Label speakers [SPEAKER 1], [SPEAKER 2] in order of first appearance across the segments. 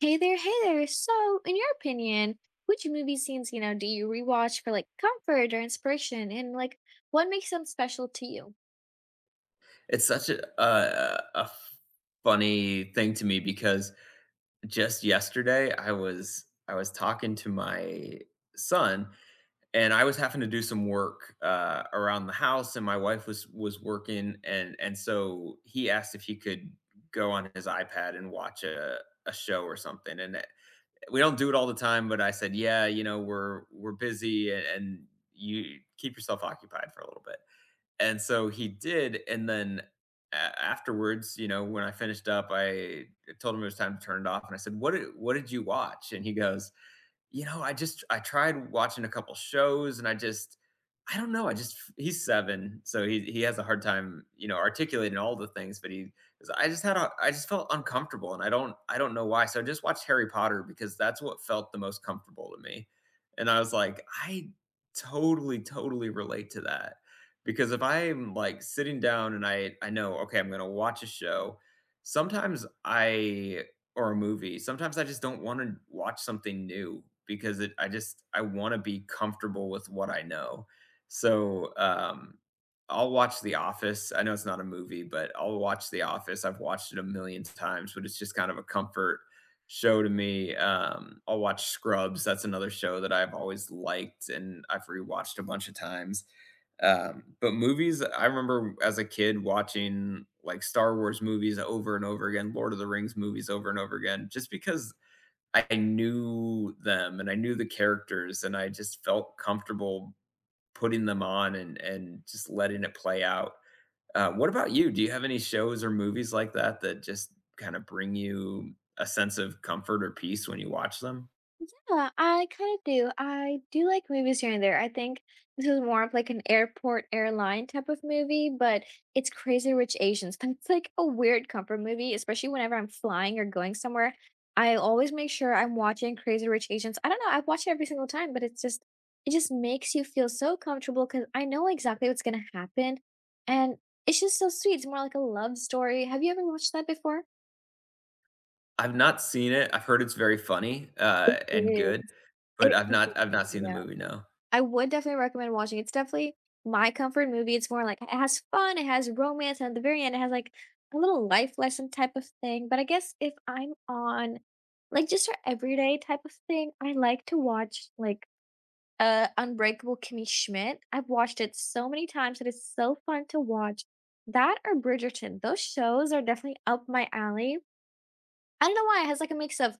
[SPEAKER 1] Hey there, hey there. So, in your opinion, which movie scenes, do you rewatch for like comfort or inspiration? And like, what makes them special to you?
[SPEAKER 2] It's such a funny thing to me because just yesterday I was talking to my son, and I was having to do some work, around the house, and my wife was working, and so he asked if he could go on his iPad and watch a show or something, and, we don't do it all the time, but I said, "Yeah, you know, we're busy, a and you keep yourself occupied for a little bit." And so he did, and then a afterwards, you know, when I finished up, I told him it was time to turn it off, and I said, "What did you watch?" And he goes, you know, I tried watching a couple shows and I don't know, I just he's 7, so he has a hard time, you know, articulating all the things, but he, I just felt uncomfortable and I don't know why. So I just watched Harry Potter because that's what felt the most comfortable to me. And I was like, I totally, totally relate to that. Because if I'm like sitting down and I know, okay, I'm gonna watch a show, sometimes I or a movie. Sometimes I just don't wanna watch something new because it I just I wanna be comfortable with what I know. So, I'll watch The Office. I know it's not a movie, but I'll watch The Office. I've watched it a million times, but it's just kind of a comfort show to me. I'll watch Scrubs. That's another show that I've always liked, and I've rewatched a bunch of times. But movies, I remember as a kid watching like Star Wars movies over and over again, Lord of the Rings movies over and over again, just because I knew them and I knew the characters and I just felt comfortable putting them on and just letting it play out. What about you? Do you have any shows or movies like that that just kind of bring you a sense of comfort or peace when you watch them?
[SPEAKER 1] Yeah, I kinda do. I do like movies here and there. I think this is more of like an airport airline type of movie, but it's Crazy Rich Asians. It's like a weird comfort movie, especially whenever I'm flying or going somewhere. I always make sure I'm watching Crazy Rich Asians. I don't know, I watch it every single time, but it just makes you feel so comfortable because I know exactly what's gonna happen. And it's just so sweet. It's more like a love story. Have you ever watched that before?
[SPEAKER 2] I've not seen it. I've heard it's very funny,
[SPEAKER 1] It
[SPEAKER 2] and good,
[SPEAKER 1] is.
[SPEAKER 2] but
[SPEAKER 1] It
[SPEAKER 2] I've not I've
[SPEAKER 1] is.
[SPEAKER 2] not seen the movie, no.
[SPEAKER 1] I would definitely recommend watching. It's definitely my comfort movie. It's more like it has fun, it has romance, and at the very end, it has like a little life lesson type of thing. But I guess if I'm on like just our everyday type of thing, I like to watch like Unbreakable Kimmy Schmidt. I've watched it so many times and it's so fun to watch. That or Bridgerton. Those shows are definitely up my alley. I don't know why, it has, like, a mix of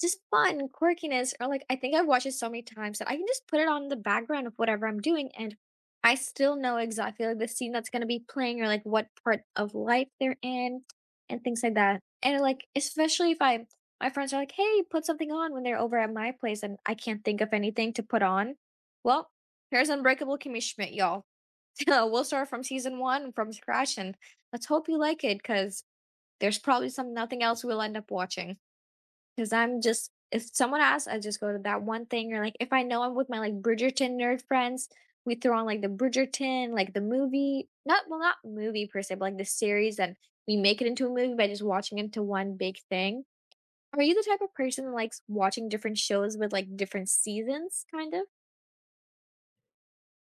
[SPEAKER 1] just fun and quirkiness, or, like, I think I've watched it so many times that I can just put it on the background of whatever I'm doing, and I still know exactly, like, the scene that's gonna be playing or, like, what part of life they're in and things like that. And, like, especially if I my friends are like, "Hey, put something on," when they're over at my place and I can't think of anything to put on. Well, here's Unbreakable Kimmy Schmidt, y'all. We'll start from season 1 from scratch, and let's hope you like it, cause. There's probably some nothing else we'll end up watching because 'cause I'm just if someone asks, I just go to that one thing, or, like, if I know I'm with my, like, Bridgerton nerd friends, we throw on, like, the Bridgerton, like, the movie — not, well, not movie per se, but, like, the series, and we make it into a movie by just watching it into one big thing. Are you the type of person that likes watching different shows with, like, different seasons, kind of?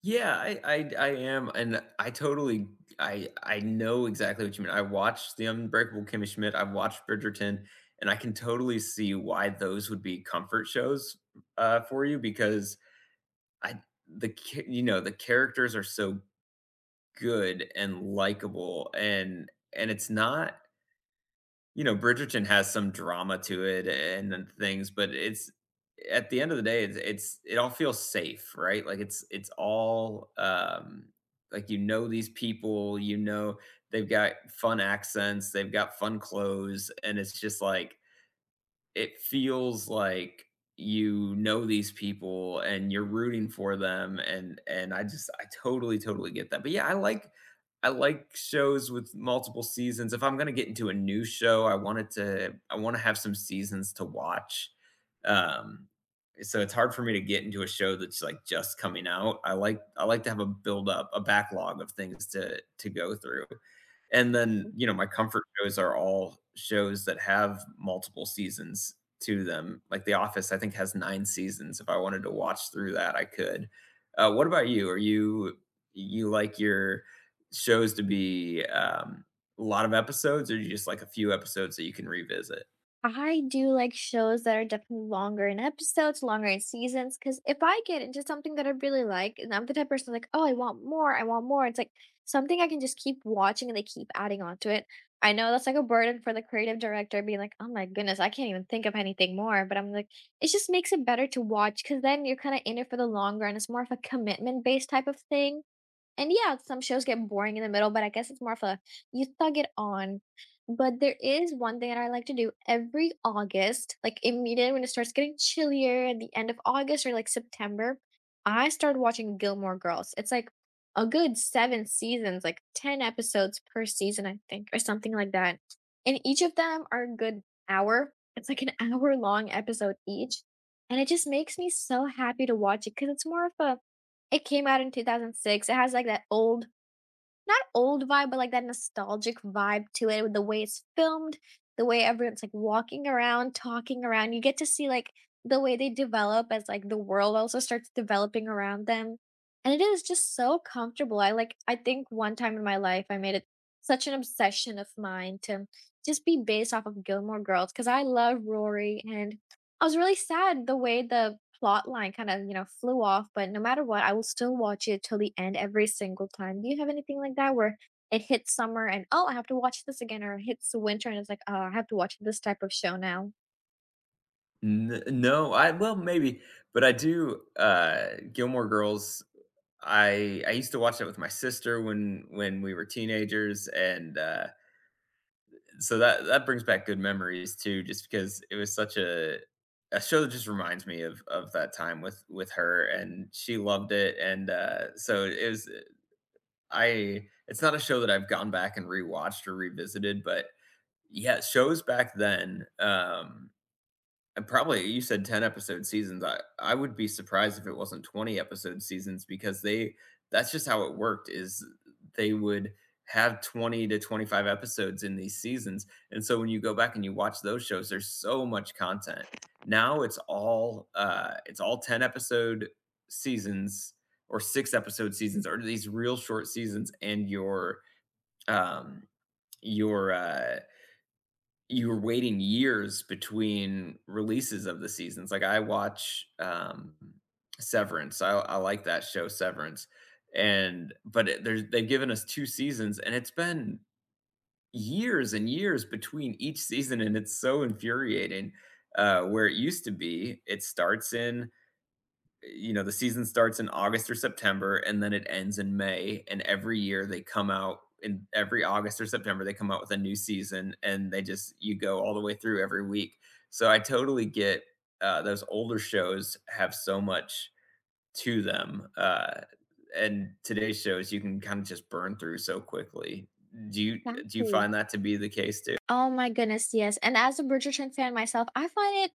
[SPEAKER 2] Yeah, I am, and I totally I know exactly what you mean. I watched The Unbreakable Kimmy Schmidt, I've watched Bridgerton, and I can totally see why those would be comfort shows, for you because I the ca you know, the characters are so good and likable, and it's not You know, Bridgerton has some drama to it and then things, but it's at the end of the day, it's it all feels safe, right? Like it's all like you know these people, you know they've got fun accents, they've got fun clothes, and it's just like it feels like you know these people and you're rooting for them and I totally totally get that. But yeah, I like shows with multiple seasons. If I'm going to get into a new show, I want to have some seasons to watch. Um so it's hard for me to get into a show that's like just coming out. I like to have a build up, a backlog of things to go through. And then, you know, my comfort shows are all shows that have multiple seasons to them. Like The Office, I think, has 9 seasons. If I wanted to watch through that, I could. What about you? Are you you like your shows to be, a lot of episodes, or you just like a few episodes that you can revisit?
[SPEAKER 1] I do like shows that are definitely longer in episodes, longer in seasons, because if I get into something that I really like, and I'm the type of person like, oh, I want more, I want more. It's like something I can just keep watching and they keep adding on to it. I know that's like a burden for the creative director being like, oh my goodness, I can't even think of anything more. But I'm like, it just makes it better to watch because then you're kind of in it for the long run. It's more of a commitment based type of thing, and yeah, some shows get boring in the middle, but I guess it's more of a you thug it on. But there is one thing that I like to do every August, like immediately when it starts getting chillier at the end of August or like September. I start watching Gilmore Girls. It's like a good seven seasons, like 10 episodes per season, I think, or something like that. And each of them are a good hour. It's like an hour long episode each. And it just makes me so happy to watch it because it's more of a it came out in 2006. It has, like, that old — not old vibe, but, like, that nostalgic vibe to it with the way it's filmed, the way everyone's, like, walking around, talking around. You get to see, like, the way they develop as, like, the world also starts developing around them, and it is just so comfortable. I, like, I think one time in my life, I made it such an obsession of mine to just be based off of Gilmore Girls because I love Rory, and I was really sad the way the plot line kind of, you know, flew off, but no matter what, I will still watch it till the end every single time. Do you have anything like that where it hits summer and oh, I have to watch this again, or it hits winter and it's like, oh, I have to watch this type of show now?
[SPEAKER 2] N No, I well, maybe, but I do, Gilmore Girls, I used to watch it with my sister when we were teenagers, and, so that brings back good memories too, just because it was such a show that just reminds me of that time with her, and she loved it, and so it was. I it's not a show that I've gone back and rewatched or revisited, but yeah, shows back then. And probably you said 10 episode seasons, I would be surprised if it wasn't 20 episode seasons because they that's just how it worked is they would have 20 to 25 episodes in these seasons. And so when you go back and you watch those shows, there's so much content. Now it's all 10 episode seasons or 6 episode seasons or these real short seasons and um your you were waiting years between releases of the seasons. Like I watch Severance. I like that show Severance. And but it, there's they've given us two seasons and it's been years and years between each season and it's so infuriating. Where it used to be, it starts in you know, the season starts in August or September and then it ends in May. And every year they come out in every August or September, they come out with a new season and they just, you go all the way through every week. So I totally get those older shows have so much to them. And today's shows you can kind of just burn through so quickly. Do you do you
[SPEAKER 1] Exactly.
[SPEAKER 2] find that to be the case too?
[SPEAKER 1] Oh my goodness, yes. And as a Bridgerton fan myself, I find it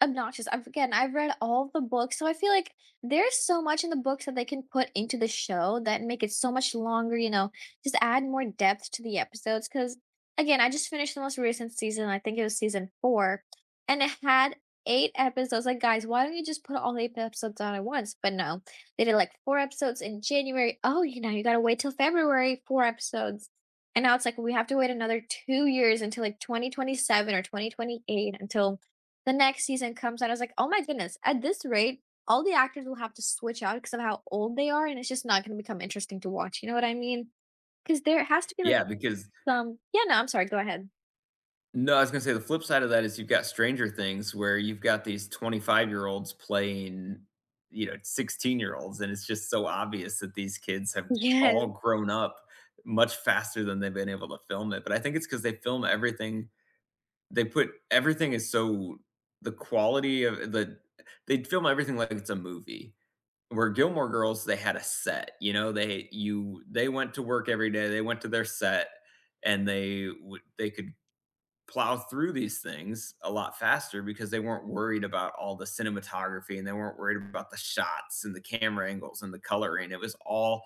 [SPEAKER 1] obnoxious. I've — again, I've read all the books, so I feel like there's so much in the books that they can put into the show that make it so much longer, you know, just add more depth to the episodes. Because again, I just finished the most recent season, I think it was season four, and it had eight episodes. Like, guys, why don't you just put all eight episodes on at once? But no, they did like four episodes in January. Oh, you know, you got to wait till February, four episodes. And now it's like we have to wait another 2 years until like 2027 or 2028 until the next season comes out. I was like, "Oh my goodness, at this rate, all the actors will have to switch out because of how old they are, and it's just not gonna become interesting to watch." You know what I mean? Because there has to be, like,
[SPEAKER 2] Yeah, because
[SPEAKER 1] some — yeah, no, I'm sorry, go ahead.
[SPEAKER 2] no, I was gonna say the flip side of that is you've got Stranger Things where you've got these 25-year-olds playing, you know, 16-year-olds, and it's just so obvious that these kids have
[SPEAKER 1] Yes,
[SPEAKER 2] all grown up much faster than they've been able to film it, but I think it's because they film everything they put everything is so the quality of the they film everything like it's a movie. Where Gilmore Girls, they had a set, you know, they went to work every day, they went to their set, and they could plow through these things a lot faster because they weren't worried about all the cinematography and they weren't worried about the shots and the camera angles and the coloring. It was all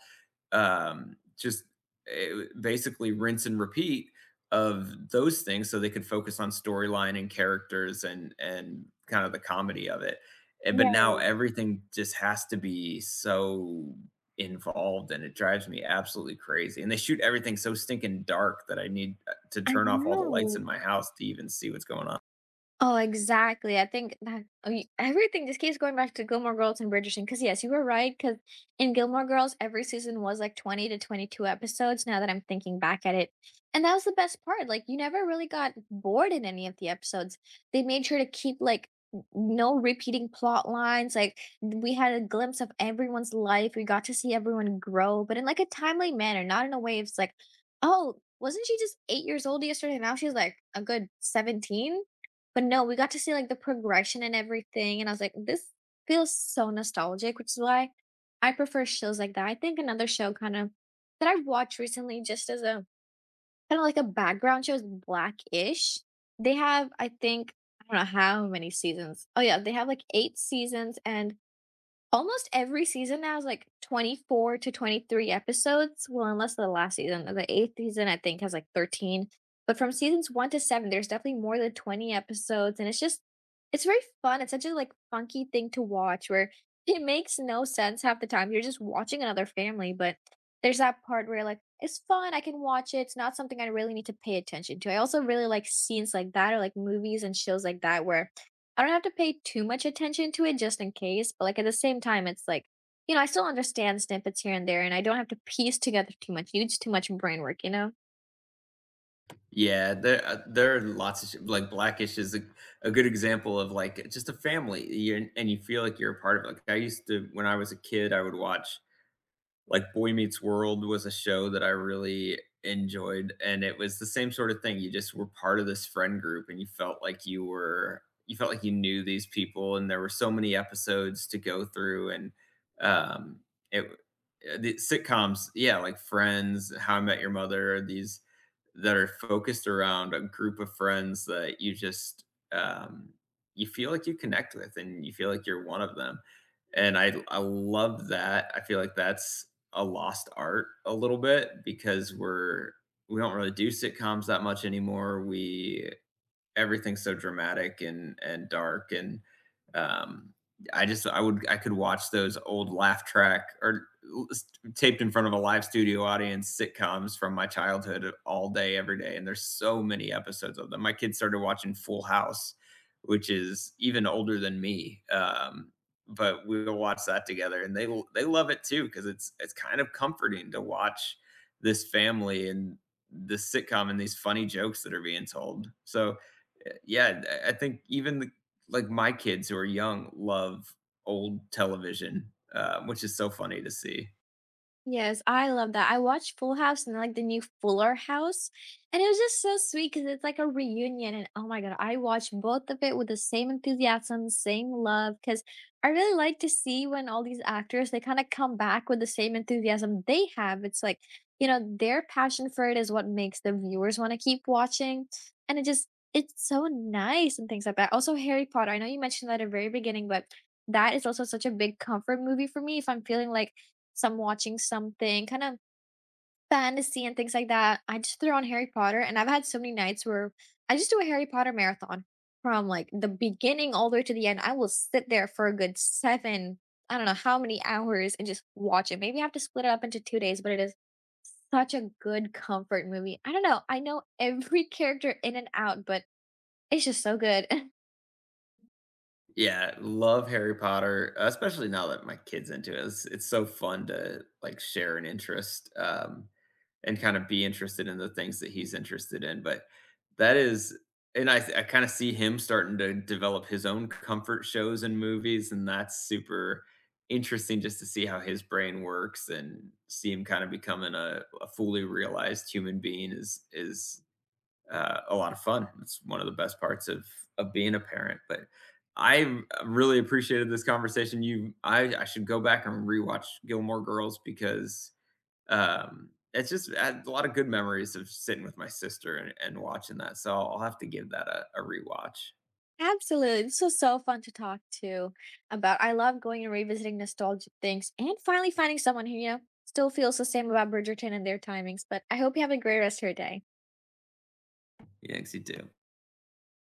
[SPEAKER 2] just eh, basically rinse and repeat of those things so they could focus on storyline and characters and kind of the comedy of it. But now
[SPEAKER 1] yes,
[SPEAKER 2] everything just has to be so involved and it drives me absolutely crazy. And they shoot everything so stinking dark that I need to
[SPEAKER 1] I
[SPEAKER 2] turn off all the lights
[SPEAKER 1] know.
[SPEAKER 2] in my house to even see what's going on.
[SPEAKER 1] Oh, exactly. I think that — I mean, everything just keeps going back to Gilmore Girls and Bridgerton. Because yes, you were right. Because in Gilmore Girls, every season was like 20 to 22 episodes. Now that I'm thinking back at it, and that was the best part. Like you never really got bored in any of the episodes. They made sure to keep like no repeating plot lines. Like we had a glimpse of everyone's life. We got to see everyone grow, but in like a timely manner, not in a way it's like, oh, wasn't she just 8 years old yesterday? Now she's like a good 17, but no, we got to see, like, the progression and everything, and I was like, "This feels so nostalgic," which is why I prefer shows like that. I think another show kind of that I've watched recently just as a kind of like a background show is Black-ish. They have, I think — I don't know how many seasons. Oh, yeah, they have, like, 8 seasons, and almost every season now is, like, 24 to 23 episodes, well, unless the last season, the 8th season, I think, has, like, 13, but from seasons 1 to 7, there's definitely more than 20 episodes, and it's just it's very fun, it's such a, like, funky thing to watch where it makes no sense half the time, you're just watching another family, but there's that part where, like, "It's fun, I can watch it, it's not something I really need to pay attention to." I also really like scenes like that, or, like, movies and shows like that where I don't have to pay too much attention to it just in case, but, like, at the same time, it's like, you know, I still understand snippets here and there, and I don't have to piece together too much, use too much brain work, you know?
[SPEAKER 2] Yeah, there there are lots of like Blackish is a good example of like just a family, you feel like you're a part of it. Like I used to when I was a kid, I would watch like Boy Meets World was a show that I really enjoyed and it was the same sort of thing. You just were part of this friend group and you felt like you felt like you knew these people and there were so many episodes to go through and um it the sitcoms, yeah, like Friends, How I Met Your Mother, these that are focused around a group of friends that you just um, you feel like you connect with and you feel like you're one of them and I love that. I feel like that's a lost art a little bit because we're we don't really do sitcoms that much anymore. We everything's so dramatic and dark and um I would I could watch those old laugh track or taped in front of a live studio audience sitcoms from my childhood all day every day, and there's so many episodes of them. My kids started watching Full House, which is even older than me, but we'll watch that together and they love it too because it's kind of comforting to watch this family and this sitcom and these funny jokes that are being told. So yeah, I think even the like, my kids who are young love old television, which is so funny to see.
[SPEAKER 1] Yes, I love that. I watched Full House and like the new Fuller House, and it was just so sweet because it's like a reunion. And oh my God, I watched both of it with the same enthusiasm, same love. Because I really like to see when all these actors they kind of come back with the same enthusiasm they have. It's like, you know, their passion for it is what makes the viewers want to keep watching. And it just, it's so nice and things like that. Also, Harry Potter. I know you mentioned that at the very beginning, but that is also such a big comfort movie for me if I'm feeling like some watching something, kind of fantasy and things like that. I just throw on Harry Potter, and I've had so many nights where I just do a Harry Potter marathon from like the beginning all the way to the end. I will sit there for a good seven, I don't know how many hours and just watch it. Maybe I have to split it up into 2 days, but it is such a good comfort movie. I don't know. I know every character in and out, but it's just so good.
[SPEAKER 2] Yeah, love Harry Potter, especially now that my kid's into it. It's so fun to, like, share an interest, and kind of be interested in the things that he's interested in. But that is, and I kind of see him starting to develop his own comfort shows and movies, and that's super interesting just to see how his brain works and see him kind of becoming a fully realized human being is a lot of fun. It's one of the best parts of being a parent. But I really appreciated this conversation. You, I should go back and rewatch Gilmore Girls because it's just I had a lot of good memories of sitting with my sister and watching that. So I'll have to give that a rewatch.
[SPEAKER 1] Absolutely. This was so fun to talk to about. I love going and revisiting nostalgic things and finally finding someone who, you know, still feels the same about Bridgerton and their timings. But I hope you have a great rest of your day.
[SPEAKER 2] Yeah, 'cause you do.